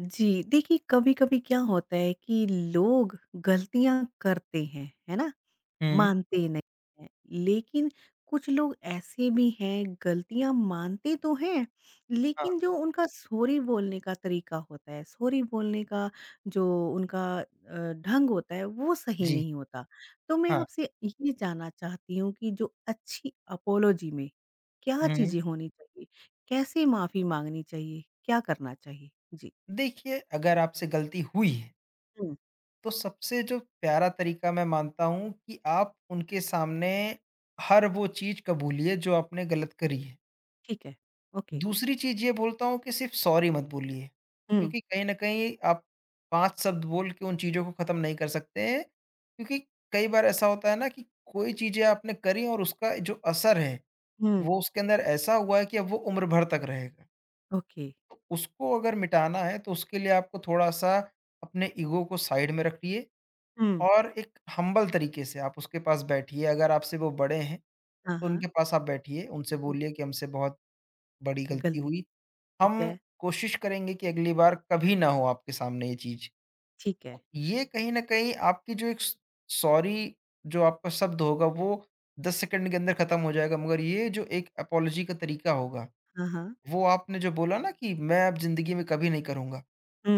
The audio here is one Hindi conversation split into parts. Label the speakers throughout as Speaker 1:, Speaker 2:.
Speaker 1: जी, देखिए कभी-कभी क्या होता है कि लोग गलतियाँ करते हैं, है ना?
Speaker 2: हुँ।
Speaker 1: मानते नहीं हैं, लेकिन कुछ लोग ऐसे भी हैं गलतियाँ मानते तो हैं,
Speaker 2: हाँ,
Speaker 1: लेकिन जो उनका सॉरी बोलने का तरीका होता है, सॉरी बोलने का जो उनका ढंग होता है वो सही
Speaker 2: जी,
Speaker 1: नहीं होता। तो मैं
Speaker 2: हाँ।
Speaker 1: आपसे ये जानना चाहती हूँ कि जो अच्छी अपोलॉजी में क्या
Speaker 2: हुँ।
Speaker 1: चीज़ें होनी चाहिए? कैसे माफ़ी माँगनी चाहिए? क्या करना चाहिए? जी।
Speaker 2: देखिए, अगर आपसे गलती हुई है, तो सबसे जो प्यारा तरीका मैं मानता हूँ कि आप उनके सामने हर वो चीज़ कबूलिए जो आपने गलत करी है।
Speaker 1: ठीक है, ओके।
Speaker 2: दूसरी चीज़ ये बोलता हूँ कि सिर्फ़ सॉरी मत बोलिए,
Speaker 1: हुँ,
Speaker 2: क्योंकि कहीं न कहीं आप 5 शब्द बोल के उन चीज़ों को ख़त्म नहीं कर सकते हैं, क्योंकि कई बार ऐसा होता है ना कि कोई चीज़ें आपने करी और उसका जो असर है,
Speaker 1: हुँ।
Speaker 2: वो उसके अंदर ऐसा हुआ है कि अब वो उम्र भर तक रहेगा।
Speaker 1: ओके।
Speaker 2: तो उसको अगर मिटाना है तो उसके लिए आपको थोड़ा-सा अपने ईगो को साइड में रखिए
Speaker 1: हुँ।
Speaker 2: और एक हम्बल तरीके से आप उसके पास बैठिए। अगर आपसे वो बड़े हैं
Speaker 1: हाँ,
Speaker 2: तो
Speaker 1: हाँ।
Speaker 2: उनके पास आप बैठिए, उनसे
Speaker 1: हुँ,
Speaker 2: बोलिए कि हमसे बहुत बड़ी गलती
Speaker 1: गलती,
Speaker 2: हुई।
Speaker 1: ठीक
Speaker 2: हम
Speaker 1: है।
Speaker 2: कोशिश करेंगे कि अगली बार कभी ना हो आपके सामने ये चीज़।
Speaker 1: ठीक है।
Speaker 2: ये कहीं न कहीं आपकी जो एक स सॉरी जो आपका शब्द होगा वो 10 सेकंड के अंदर खत्म हो जाएगा मगर ये जो एक अपोलॉजी का तरीका होगा,
Speaker 1: हाँ, हाँ।
Speaker 2: वो आपने जो बोला ना कि मैं अब ज़िंदगी में कभी नहीं करूँगा।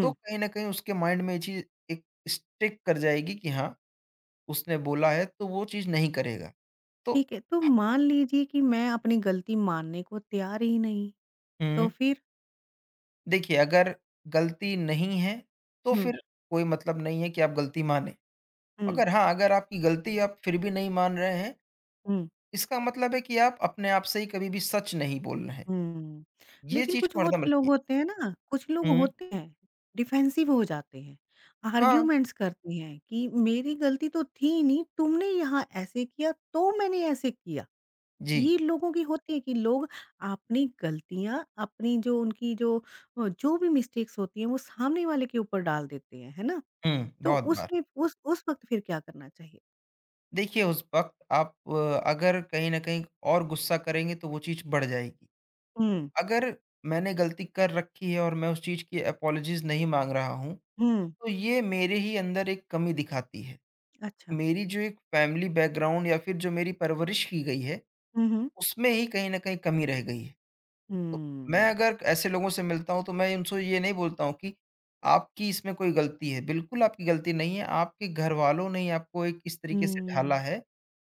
Speaker 2: तो कहीं न कहीं उसके माइंड में ये चीज़ एक स्टिक कर जाएगी कि हाँ, उसने बोला है तो वो चीज़ नहीं करेगा। तो
Speaker 1: ठीक है, तो
Speaker 2: ह
Speaker 1: मान लीजिए कि मैं अपनी गलती मानने को तैयार ही नहीं, तो
Speaker 2: हुँ,
Speaker 1: फिर?
Speaker 2: देखिए अगर गलती नहीं है, तो
Speaker 1: हुँ,
Speaker 2: फिर कोई मतलब नहीं है कि आप गलती मानें।
Speaker 1: हुँ,
Speaker 2: मगर हाँ, अगर आपकी गलती आप फिर भी नहीं मान रहे हैं,
Speaker 1: हुँ,
Speaker 2: इसका मतलब है कि आप अपने आप से ही कभी भी सच नहीं बोल रहे हैं।
Speaker 1: हुँ।
Speaker 2: ये
Speaker 1: लेकिन
Speaker 2: चीज़
Speaker 1: कुछ
Speaker 2: को
Speaker 1: होत
Speaker 2: हरदम
Speaker 1: लोग
Speaker 2: रखिए।
Speaker 1: होते हैं ना, कुछ लोग
Speaker 2: हुँ,
Speaker 1: होते हैं, डिफेंसिव हो जाते हैं,
Speaker 2: हाँ,
Speaker 1: आर्ग्यूमेंट्स करते हैं कि मेरी गलती तो थी नहीं, तुमने यहाँ ऐसे किया, तो मैंने ऐसे किया।
Speaker 2: जी।
Speaker 1: ये लोगों की होती है कि लोग अपनी गलतियाँ, अपनी जो उनकी जो जो भी मिस्टेक्स होती हैं, वो सामने वाले के ऊपर डाल देते हैं, है ना?
Speaker 2: हुँ,
Speaker 1: तो
Speaker 2: बहुत बार।
Speaker 1: उसमें उस वक़्त फिर क्या करना चाहिए?
Speaker 2: देखिए उस वक़्त आप अगर कहीं न कहीं और गुस्सा करेंगे तो वो चीज़ बढ़ जाएगी।
Speaker 1: हुँ,
Speaker 2: अगर मैंने गलती कर रखी है और मैं उस चीज़ की अपॉलजीज़ नहीं माँग रहा हूँ,
Speaker 1: हुँ,
Speaker 2: तो ये मेरे ही अंदर एक कमी दिखाती है।
Speaker 1: अच्छा।
Speaker 2: मेरी जो एक फैमिली बैकग्राउंड या फिर जो मेरी परवरिश की गई है,
Speaker 1: हुँ, हुँ।
Speaker 2: उसमें ही कहीं न कहीं कमी रह गई है। तो मैं
Speaker 1: हुँ,
Speaker 2: अगर ऐसे लोगों से मिलता हूँ, तो मैं उनसे ये नहीं बोलता हूँ कि आपकी इसमें कोई गलती है, बिल्कुल आपकी गलती नहीं है, आपके घरवालों ने ही आपको एक इस तरीके से ढाला
Speaker 1: हुँ।
Speaker 2: है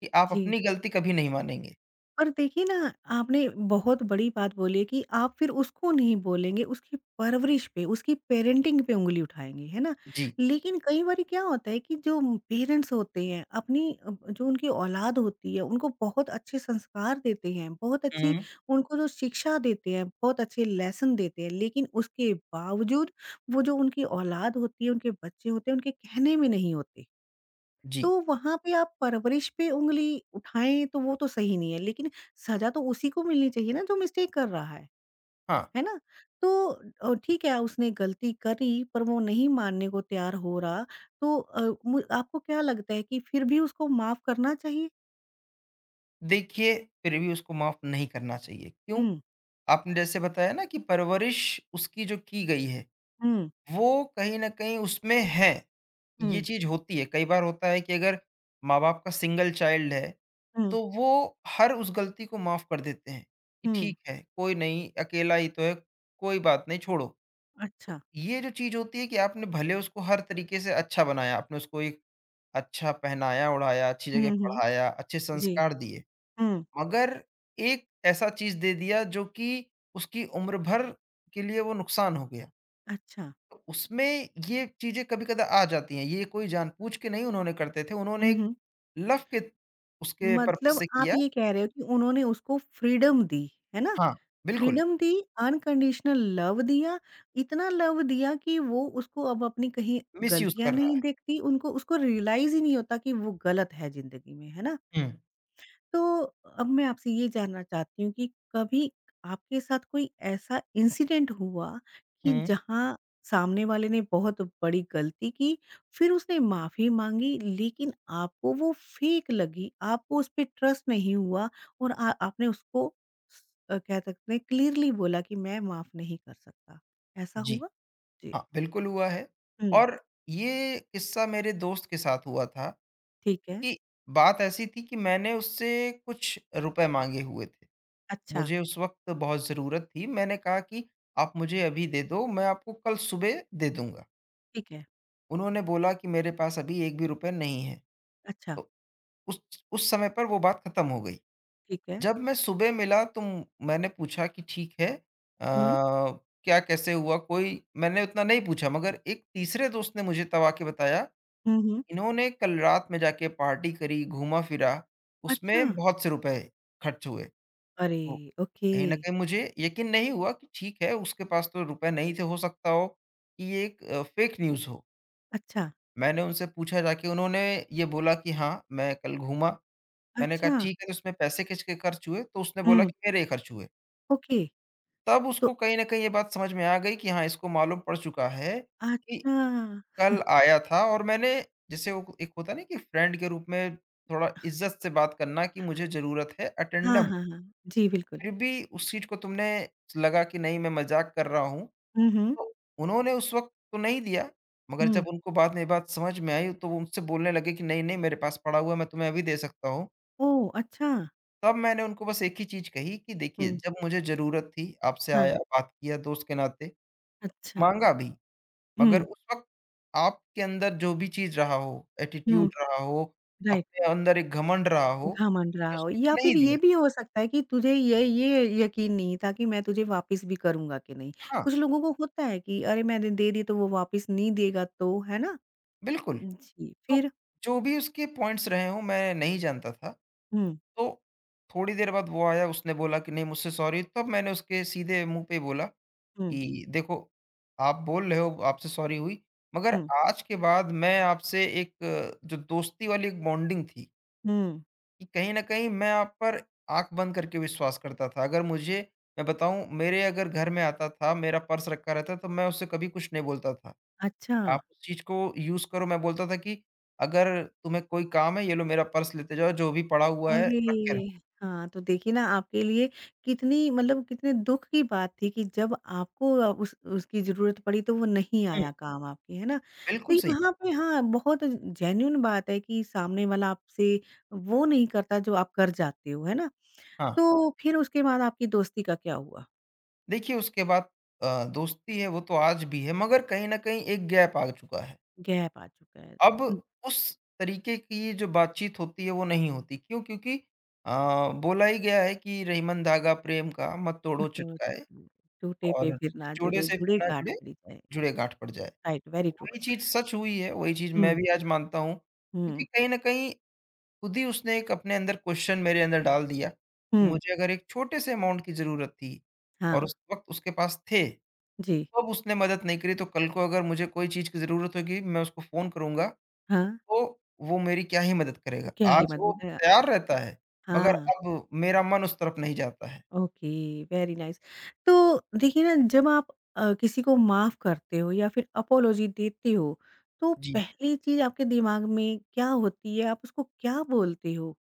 Speaker 2: कि आप
Speaker 1: जी।
Speaker 2: अपनी गलती कभी नहीं मानेंगे।
Speaker 1: और देखिए ना, आपने बहुत बड़ी बात बोली है कि आप फिर उसको नहीं बोलेंगे, उसकी परवरिश पे, उसकी पेरेंटिंग पे उँगली उठाएँगे, है ना?
Speaker 2: जी।
Speaker 1: लेकिन कई बारी क्या होता है कि जो पेरेंट्स होते हैं, जो उनकी औलाद होती है, उनको बहुत अच्छे संस्कार देते हैं, बहुत अच्छी
Speaker 2: हुँ।
Speaker 1: उनको जो शिक्षा देते हैं, बहुत अच्छे लेसन देते हैं, लेकिन उसके बावजूद वो जो उनकी औलाद होती है, उनके बच्चे होते हैं, उनके कहने में नहीं होते।
Speaker 2: जी।
Speaker 1: तो वहाँ पे आप परवरिश पे उंगली उठाएँ तो वो तो सही नहीं है, लेकिन सज़ा तो उसी को मिलनी चाहिए ना जो मिस्टेक कर रहा
Speaker 2: हाँ।
Speaker 1: है ना? तो ठीक है उसने गलती करी पर वो नहीं मानने को तैयार हो रहा तो मु आपको क्या लगता है कि फिर भी उसको माफ़ करना चाहिए?
Speaker 2: देखिए, फिर भी उसको माफ़ नहीं करना चाहिए। क्यों?
Speaker 1: हुँ,
Speaker 2: आपने जैसे बताया ना कि परवरिश उसकी जो की गई है,
Speaker 1: हुँ,
Speaker 2: वो कहीं न कहीं उसमें है। ये
Speaker 1: हुँ,
Speaker 2: चीज़ होती है, कई बार होता है कि अगर माँ-बाप का सिंगल चाइल्ड है,
Speaker 1: हुँ,
Speaker 2: तो वो हर उस गलती को माफ़ कर देते हैं कि
Speaker 1: हुँ,
Speaker 2: ठीक है, कोई नहीं, अकेला ही तो है, कोई बात नहीं, छोड़ो। तो
Speaker 1: अच्छा।
Speaker 2: ये जो चीज़ होती है कि आपने भले उसको हर तरीके से अच्छा बनाया, आपने उसको एक अच्छा पहनाया-ओढ़ाया, अच्छी जगह
Speaker 1: हुँ, हुँ,
Speaker 2: पढ़ाया, अच्छे
Speaker 1: जी,
Speaker 2: संस्कार दिए।
Speaker 1: हुँ,
Speaker 2: मगर एक ऐसा चीज़ दे दिया जो कि उसकी उम्र भर के लिए वो नुकसान हो गया।
Speaker 1: अच्छा।
Speaker 2: तो उसमें ये चीज़ें कभी-कदा आ जाती हैं, ये कोई जानबूझ के नहीं उन्होंने करते थे, उन्होंने
Speaker 1: हुँ,
Speaker 2: एक
Speaker 1: हुँ।
Speaker 2: लव के उसके पर्पज़
Speaker 1: मतलब
Speaker 2: से
Speaker 1: आप
Speaker 2: किया
Speaker 1: ये कह रहे हो कि उन्होंने उसको फ्रीडम दी, है ना?
Speaker 2: हाँ, बिल्कुल,
Speaker 1: फ्रीडम दी, अनकंडीशनल लव दिया, इतना लव दिया कि वो उसको अब अपनी कहीं
Speaker 2: मिसयूज़
Speaker 1: गलतियाँ
Speaker 2: कर रहा
Speaker 1: नहीं
Speaker 2: है।
Speaker 1: दिखती, उनको उसको रियलाइज़ ही नहीं होता कि वो गलत है ज़िंदगी में, है ना?
Speaker 2: हुँ,
Speaker 1: तो अब मैं आपसे ये जानना चाहती हूँ कि कभी आपके साथ कोई ऐसा इंसिडेंट हुआ कि
Speaker 2: हुँ,
Speaker 1: जहाँ सामने वाले ने बहुत बड़ी गलती की, फिर उसने माफ़ी माँगी लेकिन आपको वो फ़ेक लगी, आपको उस पे ट्रस्ट नहीं हुआ और आ आपने उसको स कह सकते हैं क्लियरली बोला कि मैं माफ़ नहीं कर सकता, ऐसा
Speaker 2: जी,
Speaker 1: हुआ? जी।
Speaker 2: हाँ, बिल्कुल हुआ है
Speaker 1: हुँ,
Speaker 2: और ये किस्सा मेरे दोस्त के साथ हुआ था
Speaker 1: ठीक है।
Speaker 2: कि बात ऐसी थी कि मैंने उससे कुछ रुपए माँगे हुए थे।
Speaker 1: अच्छा,
Speaker 2: मुझे उस वक़्त बहुत ज़रूरत थी। मैंने कहा कि आप मुझे अभी दे दो, मैं आपको कल सुबह दे दूँगा।
Speaker 1: ठीक है।
Speaker 2: उन्होंने बोला कि मेरे पास अभी 1 भी रुपए नहीं है।
Speaker 1: अच्छा,
Speaker 2: तो उस उस समय पर वो बात खत्म हो गई।
Speaker 1: ठीक है।
Speaker 2: जब मैं सुबह मिला तो मैंने पूछा कि ठीक है अ,
Speaker 1: हुँ।
Speaker 2: क्या कैसे हुआ? कोई मैंने उतना नहीं पूछा मगर एक तीसरे दोस्त ने मुझे तब आके बताया,
Speaker 1: हुँ, हुँ।
Speaker 2: इन्होंने कल रात में जाके पार्टी करी, घूमा-फिरा,
Speaker 1: अच्छा!
Speaker 2: उसमें बहुत से रुपए खर्च हुए।
Speaker 1: अरे! ओके।
Speaker 2: कहीं न कहीं मुझे यकीन नहीं हुआ कि ठीक है, उसके पास तो रुपए नहीं थे, हो सकता हो कि ये एक फ़ेक न्यूज़ हो।
Speaker 1: अच्छा,
Speaker 2: मैंने उनसे पूछा जाके उन्होंने ये बोला कि हाँ, मैं कल घूमा। मैंने कहा
Speaker 1: अच्छा!
Speaker 2: ठीक है, तो उसमें पैसे किसके खर्च हुए? तो उसने बोला
Speaker 1: हुँ,
Speaker 2: कि मेरे ही खर्च हुए।
Speaker 1: ओके,
Speaker 2: तब उसको
Speaker 1: तो
Speaker 2: कहीं न कहीं ये बात समझ में आ गई कि हाँ, इसको मालूम पड़ चुका है कि
Speaker 1: अच्छा,
Speaker 2: कल आया था और मैंने जैसे वो एक होता है ना कि फ्रेंड के रूप में थोड़ा इज़्ज़त से बात करना कि मुझे ज़रूरत है
Speaker 1: हाँ,
Speaker 2: अटेंडम।
Speaker 1: हाँ, हाँ, जी, बिल्कुल।
Speaker 2: फिर भी उस चीज़ को तुमने लगा कि नहीं मैं मज़ाक कर रहा हूँ।
Speaker 1: हुँ, हुँ,
Speaker 2: तो उन्होंने उस वक़्त तो नहीं दिया, मगर जब
Speaker 1: हुँ,
Speaker 2: उनको बाद में ये बात समझ में आई तो वो मुझसे बोलने लगे कि नहीं-नहीं मेरे पास पड़ा हुआ है, मैं तुम्हें अभी दे सकता हूँ।
Speaker 1: ओह! अच्छा,
Speaker 2: तब मैंने उनको बस एक ही चीज़ कही कि देखिए
Speaker 1: हुँ,
Speaker 2: जब मुझे ज़रूरत थी, आपसे
Speaker 1: हाँ,
Speaker 2: आया, बात किया दोस्त के नाते,
Speaker 1: अच्छा,
Speaker 2: माँगा भी, मगर
Speaker 1: हुँ,
Speaker 2: उस वक़्त आपके अंदर जो भी चीज़ रहा हो,
Speaker 1: हुँ,
Speaker 2: एटीट्यूड रहा हो,
Speaker 1: राइट,
Speaker 2: अपने अंदर एक घमंड रहा हो,
Speaker 1: घमंड रहा
Speaker 2: आपने उस
Speaker 1: हो
Speaker 2: वक़्त
Speaker 1: या
Speaker 2: नहीं
Speaker 1: फिर ये
Speaker 2: दिया।
Speaker 1: भी हो सकता है कि तुझे ये यकीन नहीं था कि मैं तुझे वापस भी करूँगा कि नहीं।
Speaker 2: हाँ,
Speaker 1: कुछ लोगों को होता है कि अरे, मैंने दे दी तो वो वापस नहीं देगा तो, है ना?
Speaker 2: बिल्कुल।
Speaker 1: जी,
Speaker 2: तो
Speaker 1: फिर?
Speaker 2: जो भी उसके पॉइंट्स रहे हों मैं नहीं जानता था।
Speaker 1: हुँ,
Speaker 2: तो, थोड़ी देर बाद वो आया उसने बोला कि नहीं मुझसे सॉरी तब मैंने उसके सीधे मुँह पे ही बोला
Speaker 1: हुँ,
Speaker 2: कि देखो, आप बोल रहे हो आपसे सॉरी हुई, मगर
Speaker 1: हुँ,
Speaker 2: आज के बाद मैं आपसे एक जो दोस्ती वाली एक बॉन्डिंग थी,
Speaker 1: हुँ,
Speaker 2: कि कहीं न कहीं मैं आप पर आँख बंद करके विश्वास करता था। अगर मुझे मैं बताऊँ मेरे अगर घर में आता था, मेरा पर्स रखा रहता तो मैं उससे कभी कुछ नहीं बोलता था।
Speaker 1: अच्छा।
Speaker 2: आप उस चीज़ को यूज़ करो मैं बोलता था कि अगर तुम्हें कोई काम है ये लो मेरा पर्स लेते जाओ, जो भी पड़ा हुआ है
Speaker 1: अरे!
Speaker 2: रख के रहो।
Speaker 1: हाँ, तो देखिए ना आपके लिए कितनी मतलब कितने दुःख की बात थी कि जब आपको उस उसकी ज़रूरत पड़ी तो वो नहीं
Speaker 2: हुँ,
Speaker 1: आया काम आपके, है ना? तो
Speaker 2: बिल्कुल सही बात।
Speaker 1: यहाँ पे हाँ, बहुत जेन्युइन बात है कि सामने वाला आपसे वो नहीं करता जो आप कर जाते हो, है ना?
Speaker 2: हाँ।
Speaker 1: तो फिर उसके बाद आपकी दोस्ती का क्या हुआ?
Speaker 2: देखिए उसके बाद दोस्ती है वो तो आज भी है मगर कहीं न कहीं एक गैप आ चुका है।
Speaker 1: गैप आ चुका है।
Speaker 2: अब
Speaker 1: हुँ,
Speaker 2: उस तरीके की जो बातचीत होती है वो नहीं होती क्यों? क्योंकि अ, बोला ही गया है कि रहीमन धागा प्रेम का मत तोड़ो
Speaker 1: हथौड़ों से
Speaker 2: चुटकाए
Speaker 1: टकराए, टूटे पे
Speaker 2: और
Speaker 1: फिर ना
Speaker 2: जोड़े
Speaker 1: जुड़े,
Speaker 2: से
Speaker 1: जुड़े
Speaker 2: फिर ना
Speaker 1: गांठ
Speaker 2: जुड़े,
Speaker 1: पड़ी जाए।
Speaker 2: जुड़े गाँठ पड़ जाए।
Speaker 1: Right, very true.
Speaker 2: वही चीज़ सच हुई है, वही चीज़ मैं
Speaker 1: हुँ,
Speaker 2: भी आज मानता हूँ क्योंकि
Speaker 1: हुँ,
Speaker 2: कहीं न कहीं खुद ही उसने एक अपने अंदर क्वेश्चन मेरे अंदर डाल दिया कि
Speaker 1: हुँ।
Speaker 2: मुझे अगर एक छोटे से अमाउंट की ज़रूरत थी और
Speaker 1: हाँ,
Speaker 2: उस वक़्त उसके पास थे
Speaker 1: जी।
Speaker 2: अब उसने मदद नहीं करी तो कल को अगर मुझे कोई चीज़ की ज़रूरत होगी मैं उसको फ़ोन करूँगा,
Speaker 1: हाँ,
Speaker 2: तो वो मेरी क्या ही मदद करेगा।
Speaker 1: क्या ही
Speaker 2: आज वो
Speaker 1: मदद है
Speaker 2: तैयार रहता है, मगर
Speaker 1: हाँ,
Speaker 2: अब मेरा मन उस तरफ नहीं जाता है।
Speaker 1: Okay, very nice. तो देखिए ना जब आप किसी को माफ़ करते हो या फिर अपोलॉजी देते हो, तो
Speaker 2: जी।
Speaker 1: पहली चीज़ आपके दिमाग में क्या होती है? आप उसको क्या बोलते हो?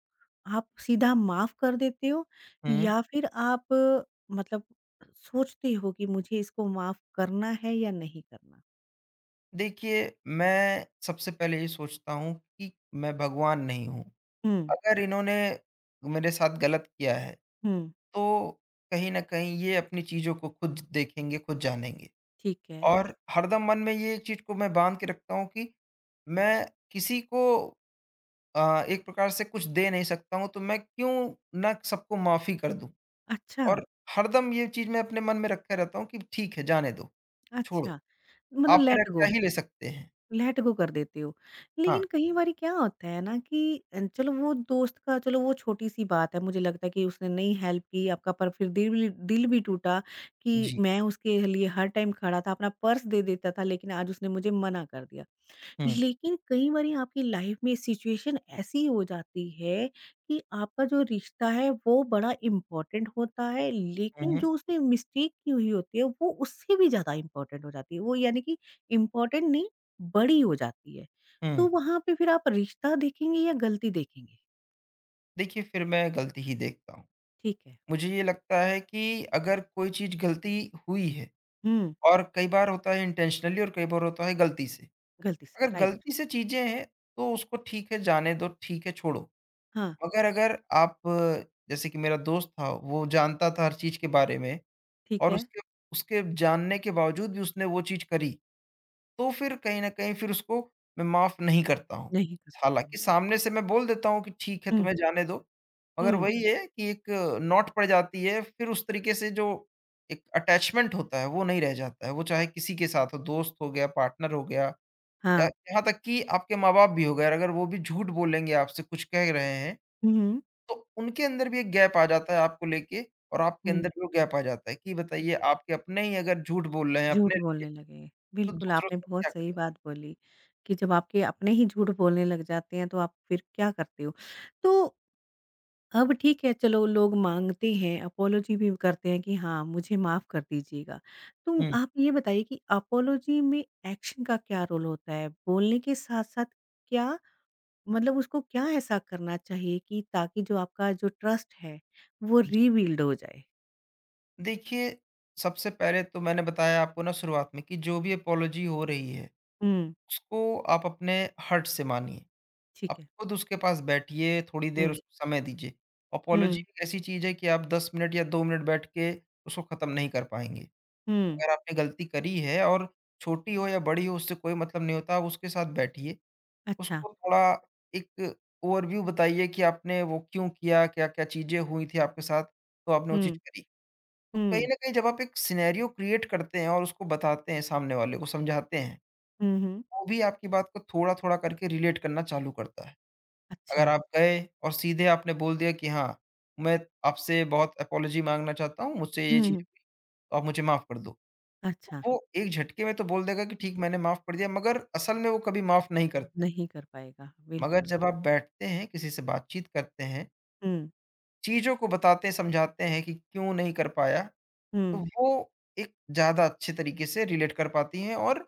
Speaker 1: आप सीधा माफ़ कर देते हो
Speaker 2: हुँ।
Speaker 1: या फिर आप मतलब सोचते हो कि मुझे इसको माफ़ करना है या नहीं करना?
Speaker 2: देखिए, मैं सबसे पहले ये सोचता हूँ कि मैं भगवान नहीं हूँ।
Speaker 1: हुँ,
Speaker 2: अगर इन्होंने मेरे साथ गलत किया है,
Speaker 1: हुँ,
Speaker 2: तो कहीं न कहीं ये अपनी चीज़ों को खुद देखेंगे, खुद जानेंगे।
Speaker 1: ठीक है।
Speaker 2: और हरदम मन में ये एक चीज़ को मैं बाँध के रखता हूँ कि मैं किसी को एक प्रकार से कुछ दे नहीं सकता हूँ, तो मैं क्यों ना सबको माफ़ी कर दूँ?
Speaker 1: अच्छा,
Speaker 2: और हरदम ये चीज़ मैं अपने मन में रखे रहता हूँ कि ठीक है, जाने दो, छोड़ो,
Speaker 1: अच्छा मतलब
Speaker 2: आप मेरा
Speaker 1: लेट
Speaker 2: क्या
Speaker 1: गो।
Speaker 2: ही ले सकते हैं।
Speaker 1: लेट गो कर देते हो।
Speaker 2: हाँ,
Speaker 1: लेकिन कई बारी क्या होता है ना कि चलो वो दोस्त का चलो वो छोटी-सी बात है, मुझे लगता है कि उसने नहीं हेल्प की आपका पर फिर दिल भी टूटा कि
Speaker 2: जी।
Speaker 1: मैं उसके लिए हर टाइम खड़ा था, अपना पर्स दे देता था लेकिन आज उसने मुझे मना कर दिया।
Speaker 2: हुँ,
Speaker 1: लेकिन कई बारी आपकी लाइफ में सिचुएशन ऐसी हो जाती है कि आपका जो रिश्ता है वो बड़ा इम्पोर्टेंट होता है लेकिन
Speaker 2: हुँ,
Speaker 1: जो उसमें मिस्टेक की हुई होती है वो उससे भी ज्यादा इम्पोर्टेंट हो जाती है वो यानी कि इम्पोर्टेंट नहीं बड़ी हो जाती है
Speaker 2: हुँ।
Speaker 1: तो वहां पे फिर आप रिश्ता देखेंगे या गलती देखेंगे?
Speaker 2: देखिए, फिर मैं गलती ही देखता हूँ।
Speaker 1: ठीक है।
Speaker 2: मुझे ये लगता है कि अगर कोई चीज़ गलती हुई है
Speaker 1: हम्म।
Speaker 2: और कई बार होता है इंटेंशनली और कई बार होता है गलती से।
Speaker 1: गलती से,
Speaker 2: अगर
Speaker 1: राइट।
Speaker 2: गलती से चीज़ें हैं, तो उसको ठीक है, जाने दो, ठीक है, छोड़ो।
Speaker 1: हाँ।
Speaker 2: मगर अगर आप जैसे कि मेरा दोस्त था, वो जानता था हर चीज़ के बारे में
Speaker 1: ठीक
Speaker 2: और
Speaker 1: है।
Speaker 2: उसके उसके जानने के बावजूद भी उसने वो चीज़ करी, तो फिर कहीं न कहीं फिर उसको मैं माफ़ नहीं करता हूँ।
Speaker 1: नहीं करता
Speaker 2: हालाँकि
Speaker 1: हूँ।
Speaker 2: सामने से मैं बोल देता हूँ कि ठीक है
Speaker 1: हम्म।
Speaker 2: तुम्हें जाने दो, मगर
Speaker 1: हम्म।
Speaker 2: वही है कि एक नोट पड़ जाती है, फिर उस तरीके से जो एक अटैचमेंट होता है वो नहीं रह जाता है। वो चाहे किसी के साथ हो, दोस्त हो गया, पार्टनर हो गया या
Speaker 1: हाँ।
Speaker 2: यहाँ तक कि आपके माँ-बाप भी हो गए और अगर वो भी झूठ बोलेंगे आपसे कुछ कह रहे हैं
Speaker 1: हम्म।
Speaker 2: तो उनके अंदर भी एक गैप आ जाता है आपको लेके और आपके अंदर
Speaker 1: हम्म।
Speaker 2: भी वो गैप आ जाता है कि बताइए आपके अपने ही अगर झूठ बोल रहे हैं अपने
Speaker 1: झूठ
Speaker 2: लिए
Speaker 1: बोलने लगे।
Speaker 2: तो
Speaker 1: बिल्कुल,
Speaker 2: दूसरों
Speaker 1: आपने
Speaker 2: से आप
Speaker 1: बहुत
Speaker 2: क्या
Speaker 1: सही
Speaker 2: करेंगे?
Speaker 1: बात बोली कि जब आपके अपने ही झूठ बोलने लग जाते हैं, तो आप फिर क्या करते हो? तो अब ठीक है, चलो लोग माँगते हैं, अपोलॉजी भी करते हैं कि हाँ, मुझे माफ़ कर दीजिएगा। तो
Speaker 2: हुँ।
Speaker 1: आप ये बताइए कि अपोलॉजी में एक्शन का क्या रोल होता है? बोलने के साथ-साथ क्या मतलब उसको क्या ऐसा करना चाहिए कि ताकि जो आपका जो ट्रस्ट है, वो
Speaker 2: जी।
Speaker 1: रीबिल्ड हो जाए?
Speaker 2: देखिए, सबसे पहले तो मैंने बताया आपको ना शुरुआत में कि जो भी अपोलॉजी हो रही है,
Speaker 1: हुँ,
Speaker 2: उसको आप अपने हर्ट से मानिए।
Speaker 1: ठीक
Speaker 2: आप
Speaker 1: है।
Speaker 2: खुद उसके पास बैठिए, थोड़ी देर
Speaker 1: हुँ,
Speaker 2: उसको समय दीजिए। अपोलॉजी
Speaker 1: हुँ,
Speaker 2: एक ऐसी चीज़ है कि आप 10 मिनट या 2 मिनट बैठ के उसको ख़त्म नहीं कर पाएँगे।
Speaker 1: हुँ।
Speaker 2: अगर आपने गलती करी है और छोटी हो या बड़ी हो उससे कोई मतलब नहीं होता, आप उसके साथ बैठिए
Speaker 1: अच्छा।
Speaker 2: उसको थोड़ा एक ओवरव्यू बताइए कि आपने वो क्यों किया? क्या-क्या चीज़ें हुई थी आपके साथ, तो आपने वो चीज़
Speaker 1: हुँ,
Speaker 2: करी? तो कहीं
Speaker 1: हुँ।
Speaker 2: न कहीं जब आप एक सिनेरियो क्रिएट करते हैं और उसको बताते हैं सामने वाले को, समझाते हैं,
Speaker 1: हुँ, हुँ।
Speaker 2: वो भी आपकी बात को थोड़ा-थोड़ा करके रिलेट करना चालू करता है।
Speaker 1: अच्छा।
Speaker 2: अगर आप गए और सीधे आपने बोल दिया कि हाँ, मैं आपसे बहुत अपॉलॉजी माँगना चाहता हूँ, मुझसे ये
Speaker 1: हुँ,
Speaker 2: चीज़
Speaker 1: हुँ।
Speaker 2: हुई, तो आप मुझे माफ़ कर दो।
Speaker 1: अच्छा,
Speaker 2: तो वो एक झटके में तो बोल देगा कि ठीक मैंने माफ़ कर दिया, मगर असल में वो कभी माफ़ नहीं करते।
Speaker 1: नहीं कर पाएगा,
Speaker 2: मगर
Speaker 1: बिल्कुल।
Speaker 2: जब आप बैठते हैं, किसी से बातचीत करते हैं,
Speaker 1: हुँ,
Speaker 2: चीज़ों को बताते समझाते हैं कि क्यों नहीं कर पाया, तो
Speaker 1: हुँ,
Speaker 2: वो एक ज़्यादा अच्छे तरीके से रिलेट कर पाती हैं और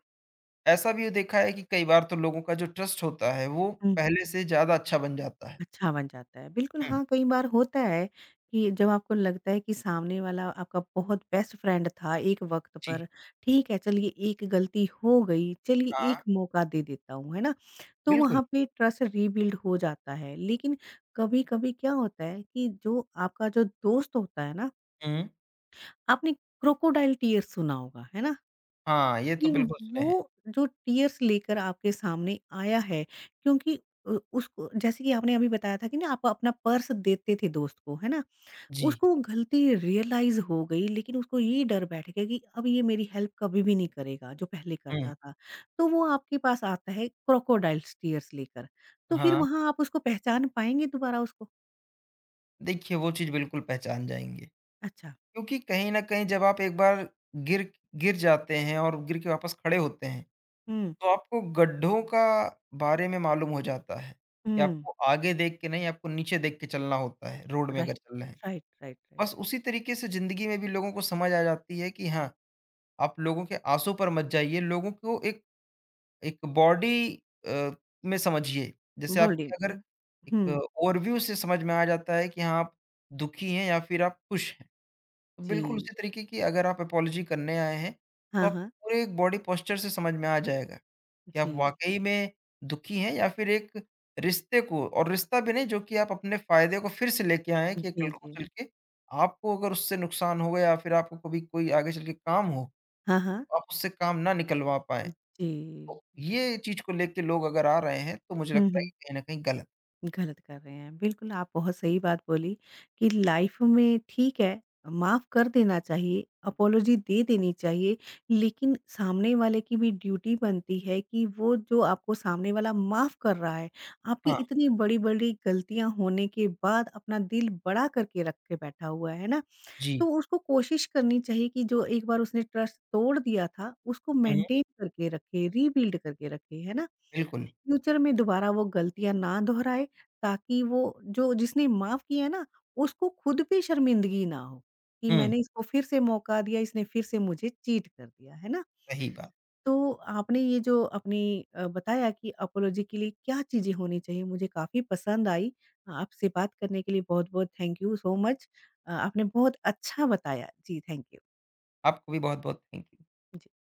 Speaker 2: ऐसा भी देखा है कि कई बार तो लोगों का जो ट्रस्ट होता है, वो
Speaker 1: हुँ।
Speaker 2: पहले से ज़्यादा अच्छा बन जाता है।
Speaker 1: अच्छा बन जाता है। बिल्कुल,
Speaker 2: हुँ,
Speaker 1: हाँ, कई बार होता है कि जब आपको लगता है कि सामने वाला आपका बहुत बेस्ट फ्रेंड था एक वक़्त
Speaker 2: जी।
Speaker 1: पर, ठीक है, चलिए एक गलती हो गई, चलिए
Speaker 2: हाँ,
Speaker 1: एक मौका दे देता हूँ, है ना? तो
Speaker 2: बिल्कुल।
Speaker 1: वहाँ पे ट्रस्ट रीबिल्ड हो जाता है। लेकिन कभी-कभी क्या होता है कि जो आपका जो दोस्त होता है ना,
Speaker 2: हुँ।
Speaker 1: आपने क्रोकोडाइल टीयर्स सुना होगा, है ना?
Speaker 2: हाँ, ये तो
Speaker 1: कि
Speaker 2: बिल्कुल सुने हैं।
Speaker 1: वो जो टीयर्स लेकर आपके सामने आया है क्योंकि उसको जैसे कि आपने अभी बताया था कि ना आप अपना पर्स देते थे दोस्त को, है ना?
Speaker 2: जी।
Speaker 1: उसको वो गलती रियलाइज़ हो गई लेकिन उसको ये डर बैठ गया कि अब ये मेरी हेल्प कभी भी नहीं करेगा जो पहले
Speaker 2: हुँ,
Speaker 1: करता था। तो वो आपके पास आता है क्रोकोडाइल्स टीयर्स लेकर। तो फिर
Speaker 2: हाँ।
Speaker 1: वहाँ आप उसको पहचान पाएँगे दोबारा उसको?
Speaker 2: देखिए, वो चीज़ बिल्कुल पहचान जाएँगे
Speaker 1: अच्छा।
Speaker 2: क्योंकि कहीं न कहीं जब आप एक बार गिर गिर जाते हैं और गिर के वापस खड़े होते हैं
Speaker 1: हुँ,
Speaker 2: तो आपको गड्ढों का बारे में मालूम हो जाता है, कि
Speaker 1: हुँ।
Speaker 2: आपको आगे देख के नहीं आपको नीचे देख के चलना होता है, रोड में अगर
Speaker 1: राइट,
Speaker 2: चल रहे हैं।
Speaker 1: Right, right, right.
Speaker 2: बस उसी तरीके से ज़िंदगी में भी लोगों को समझ आ जाती है कि हाँ, आप लोगों के आँसू पर मत जाइए, लोगों को एक एक बॉडी अ, में समझिए। जैसे
Speaker 1: बोलिए
Speaker 2: आपकी अगर
Speaker 1: हुँ,
Speaker 2: एक
Speaker 1: हुँ।
Speaker 2: ओवरव्यू से समझ में आ जाता है कि हाँ, आप दुखी हैं या फिर आप खुश हैं। तो बिल्कुल
Speaker 1: जी।
Speaker 2: उसी तरीके की अगर आप अपॉलॉजी करने आए हैं, तो
Speaker 1: हाँ,
Speaker 2: आप
Speaker 1: हाँ।
Speaker 2: पूरे एक बॉडी पोस्चर से समझ में आ जाएगा। कि
Speaker 1: जी।
Speaker 2: आप वाक़ई में दुखी हैं या फिर एक रिश्ते को और रिश्ता भी नहीं जो कि आप अपने फ़ायदे को फिर से लेके आए हैं कि
Speaker 1: जी,
Speaker 2: कल को
Speaker 1: जी।
Speaker 2: चल के आपको अगर उससे नुकसान हो गया या फिर आपको कभी कोई आगे चल के काम हो,
Speaker 1: हाँ, हाँ।
Speaker 2: तो आप उससे काम ना निकलवा पाएँ।
Speaker 1: जी।
Speaker 2: तो ये चीज़ को लेके लोग अगर आ रहे हैं तो मुझे
Speaker 1: हुँ,
Speaker 2: लगता है
Speaker 1: हुँ।
Speaker 2: कि कहीं न कहीं गलत
Speaker 1: गलत कर रहे हैं। बिल्कुल, आप बहुत सही बात बोली कि लाइफ़ में ठीक है, माफ़ कर देना चाहिए, अपोलॉजी दे देनी चाहिए, लेकिन सामने वाले की भी ड्यूटी बनती है कि वो जो आपको सामने वाला माफ़ कर रहा है, आपकी
Speaker 2: हाँ,
Speaker 1: इतनी बड़ी-बड़ी गलतियाँ होने के बाद अपना दिल बड़ा करके रख के बैठा हुआ है ना?
Speaker 2: जी।
Speaker 1: तो उसको कोशिश करनी चाहिए कि जो एक बार उसने ट्रस्ट तोड़ दिया था, उसको
Speaker 2: हुँ, हुँ।
Speaker 1: मेंटेन करके रखे, रीबिल्ड करके रखे, है ना?
Speaker 2: बिल्कुल।
Speaker 1: फ्यूचर में दोबारा वो गलतियाँ ना दोहराए ताकि वो जो जिसने माफ़ किया है ना, उसको खुद पे शर्मिंदगी ना हो, कि
Speaker 2: हुँ,
Speaker 1: मैंने इसको फिर से मौका दिया, इसने फिर से मुझे चीट कर दिया, है ना?
Speaker 2: सही बात।
Speaker 1: तो आपने ये जो अपनी बताया कि अपोलॉजी के लिए क्या चीज़ें होनी चाहिए, मुझे काफ़ी पसंद आई। आपसे बात करने के लिए बहुत-बहुत थैंक यू सो मच। आपने बहुत अच्छा बताया। जी, थैंक यू।
Speaker 2: आपको भी बहुत-बहुत थैंक यू।
Speaker 1: जी।